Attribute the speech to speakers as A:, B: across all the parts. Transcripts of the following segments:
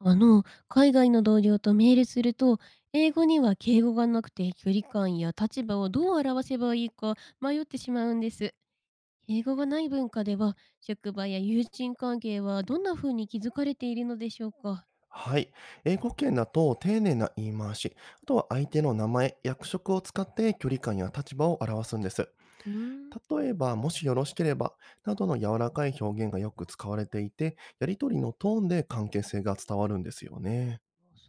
A: 海外の同僚とメールすると、英語には敬語がなくて距離感や立場をどう表せばいいか迷ってしまうんです。英語がない文化では、職場や友人関係はどんな風に築かれているのでしょうか？
B: はい。英語圏だと丁寧な言い回し、あとは相手の名前、役職を使って距離感や立場を表すんです。
A: うーん、
B: 例えば、もしよろしければ、などの柔らかい表現がよく使われていて、やりとりのトーンで関係性が伝わるんですよね。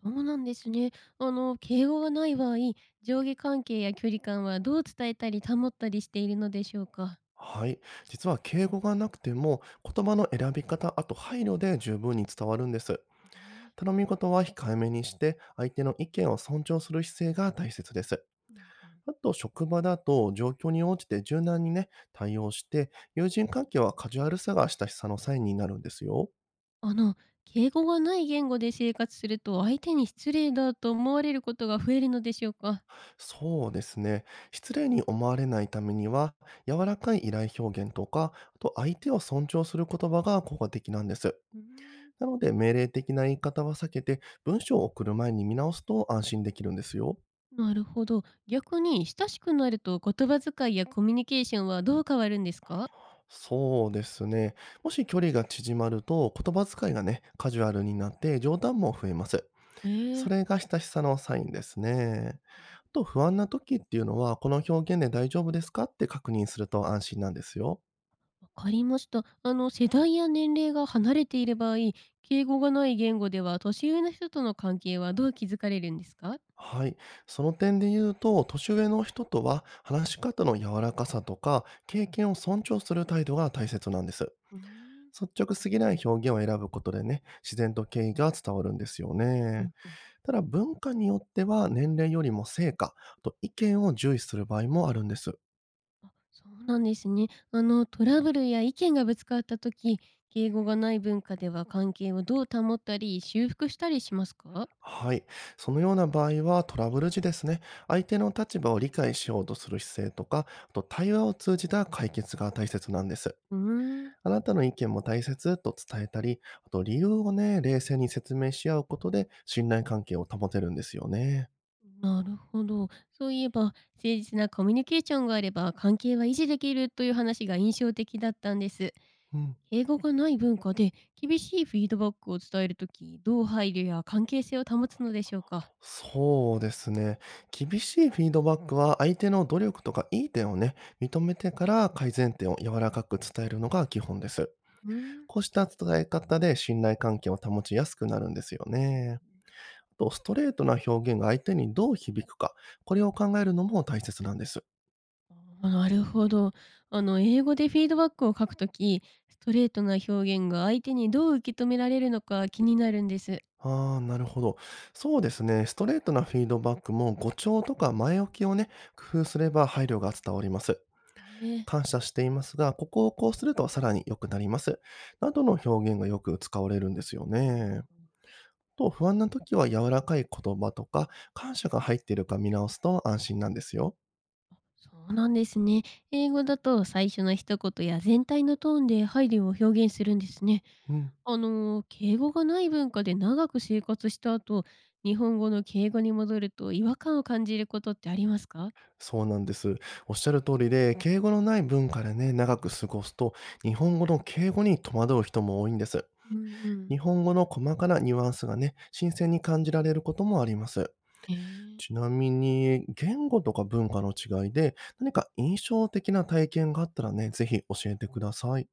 A: そうなんですね。敬語がない場合、上下関係や距離感はどう伝えたり保ったりしているのでしょうか？
B: はい。実は敬語がなくても、言葉の選び方、あと配慮で十分に伝わるんです。
A: ね。
B: 頼み事は控えめにして、相手の意見を尊重する姿勢が大切です。
A: うん。うん。
B: あと、職場だと状況に応じて柔軟にね、対応して、友人関係はカジュアルさが親しさのサインになるんですよ。
A: あの、敬語がない言語で生活すると相手に失礼だと思われることが増えるのでしょうか？
B: そうですね。失礼に思われないためには、柔らかい依頼表現とか、あと相手を尊重する言葉が効果的なんです。
A: うーん。
B: なので、命令的な言い方は避けて、文章を送る前に見直すと安心できるんですよ。
A: なるほど。逆に親しくなると言葉遣いやコミュニケーションはどう変わるんですか？
B: そうですね。もし距離が縮まると、言葉遣いがね、カジュアルになって冗談も増えます。
A: え
B: そ
A: ー、
B: れが親しさのサインですね。あと不安な時っていうのは、この表現で大丈夫ですかって確認すると安心なんですよ。
A: わかりました。世代や年齢が離れている場合、敬語がない言語では年上の人との関係はどう築かれるんですか？
B: はい。その点で言うと、年上の人とは話し方の柔らかさとか、経験を尊重する態度が大切なんです。
A: う
B: 率直すぎない表現を選ぶことでね、自然と敬意が伝わるんですよ
A: ー
B: ね。
A: ん。
B: ただ文化によっては年齢よりも成果あと意見を重視する場合もあるんです。
A: あ、そうなんですね。トラブルや意見がぶつかった時、敬語がない文化では関係をどう保ったり、修復したりしますか？
B: はい。そのような場合はトラブル時ですね、相手の立場を理解しようとする姿勢とか、あと対話を通じた解決が大切なんです。
A: うーん、
B: あなたの意見も大切と伝えたり、あと理由をね、冷静に説明し合うことで信頼関係を保てるんですよね。
A: なるほど。そういえば、誠実なコミュニケーションがあれば関係は維持できるという話が印象的だったんです。
B: うん。
A: 敬語がない文化で厳しいフィードバックを伝えるとき、どう配慮や関係性を保つのでしょうか？
B: そうですね。厳しいフィードバックは相手の努力とかいい点をね、認めてから改善点を柔らかく伝えるのが基本です。
A: うーん。
B: こうした伝え方で信頼関係を保ちやすくなるんですよね。と、ストレートな表現が相手にどう響くか、これを考えるのも大切なんです。
A: あ、なるほど。英語でフィードバックを書くとき、ストレートな表現が相手にどう受け止められるのか気になるんです。
B: ああ、なるほど。そうですね。ストレートなフィードバックも語調とか前置きをね、工夫すれば配慮が伝わります。
A: ええ、
B: 感謝していますが、ここをこうするとさらに良くなります。などの表現がよく使われるんですよね。と、不安な時は柔らかい言葉とか、感謝が入っているか見直すと安心なんですよ。
A: そうなんですね。英語だと最初の一言や全体のトーンで配慮を表現するんですね。
B: うん。
A: 敬語がない文化で長く生活した後、日本語の敬語に戻ると違和感を感じることってありますか？
B: そうなんです。おっしゃる通りで、敬語のない文化でね、長く過ごすと、日本語の敬語に戸惑う人も多いんです。
A: うんうん。
B: 日本語の細かなニュアンスがね、新鮮に感じられることもあります。
A: ええ。
B: ちなみに、言語とか文化の違いで、何か印象的な体験があったらね、ぜひ教えてください。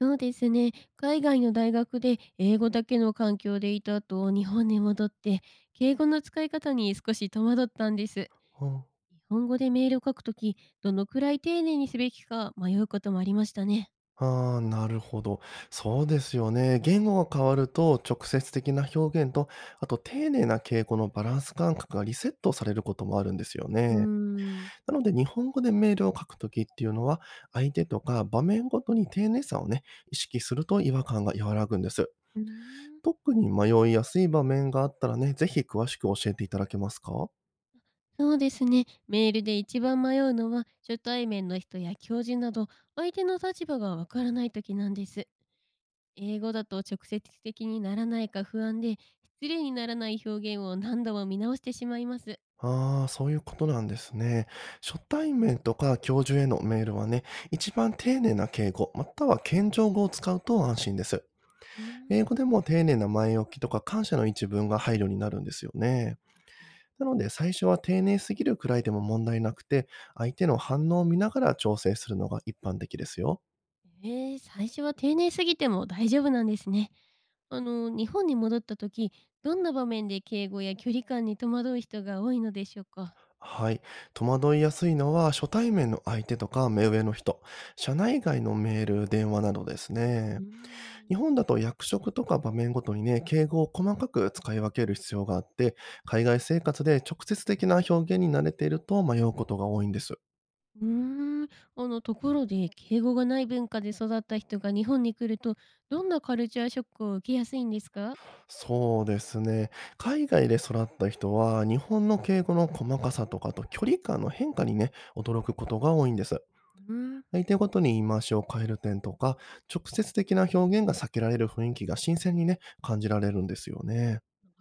A: そうですね。海外の大学で英語だけの環境でいた後、日本に戻って、敬語の使い方に少し戸惑ったんです。
B: うん、
A: 日本語でメールを書くとき、どのくらい丁寧にすべきか迷うこともありましたね。
B: ああ、なるほど。そうですよね。言語が変わると、直接的な表現と、あと丁寧な敬語のバランス感覚がリセットされることもあるんですよ
A: うー
B: ね。
A: ん。
B: なので、日本語でメールを書くときっていうのは、相手とか場面ごとに丁寧さをね、意識すると違和感が和らぐんです。
A: うーん。
B: 特に迷いやすい場面があったらね、ぜひ詳しく教えていただけますか。
A: そうですね。メールで一番迷うのは、初対面の人や教授など、相手の立場がわからないときなんです。英語だと直接的にならないか不安で、失礼にならない表現を何度も見直してしまいます。
B: ああ、そういうことなんですね。初対面とか教授へのメールはね、一番丁寧な敬語、または謙譲語を使うと安心です。
A: うーん。
B: 英語でも丁寧な前置きとか感謝の一文が配慮になるんですよね。なので、最初は丁寧すぎるくらいでも問題なくて、相手の反応を見ながら調整するのが一般的ですよ。
A: えー、最初は丁寧すぎても大丈夫なんですね。日本に戻った時、どんな場面で敬語や距離感に戸惑う人が多いのでしょうか？
B: はい。戸惑いやすいのは、初対面の相手とか目上の人、社内外のメール、電話などです
A: うー
B: ね。日
A: ん。
B: 本だと役職とか場面ごとにね、敬語を細かく使い分ける必要があって、海外生活で直接的な表現に慣れていると迷うことが多いんです。
A: うーん。ところで、敬語がない文化で育った人が日本に来ると、どんなカルチャーショックを受けやすいんですか？
B: そうですね。海外で育った人は、日本の敬語の細かさとかあと距離感の変化にね、驚くことが多いんです。
A: うん。
B: 相手ごとに言い回しを変える点とか、直接的な表現が避けられる雰囲気が新鮮にね、感じられるんですよね。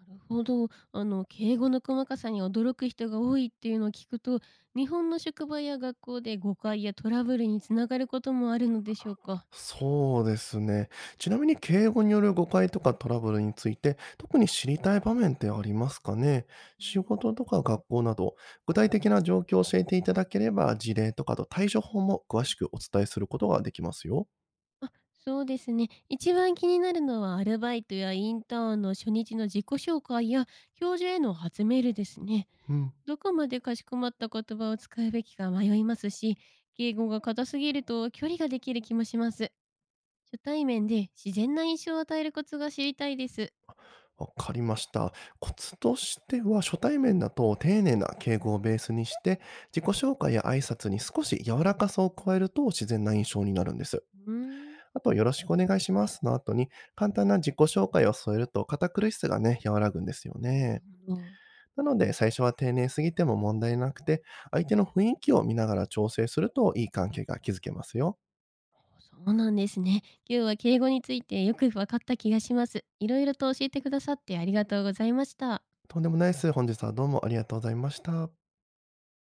A: なるほど。敬語の細かさに驚く人が多いっていうのを聞くと、日本の職場や学校で誤解やトラブルに繋がることもあるのでしょうか？
B: そうですね。ちなみに敬語による誤解とかトラブルについて、特に知りたい場面ってありますかね。仕事とか学校など、具体的な状況を教えていただければ、事例とかと対処法も詳しくお伝えすることができますよ。
A: あ、そうですね。一番気になるのはアルバイトやインターンの初日の自己紹介や教授への初メールですね。
B: うん。
A: どこまでかしこまった言葉を使うべきか迷いますし、敬語が硬すぎると距離ができる気もします。初対面で自然な印象を与えるコツが知りたいです。
B: わかりました。コツとしては、初対面だと丁寧な敬語をベースにして、自己紹介や挨拶に少し柔らかさを加えると自然な印象になるんです。
A: うーん、
B: あと、よろしくお願いしますの後に、簡単な自己紹介を添えると堅苦しさがね、和らぐんですよ
A: なる
B: ね。
A: ほど。
B: なので、最初は丁寧すぎても問題なくて、相手の雰囲気を見ながら調整するといい関係が築けますよ。
A: そうなんですね。今日は敬語についてよく分かった気がします。いろいろと教えてくださってありがとうございました。
B: とんでもないです。本日はどうもありがとうございました。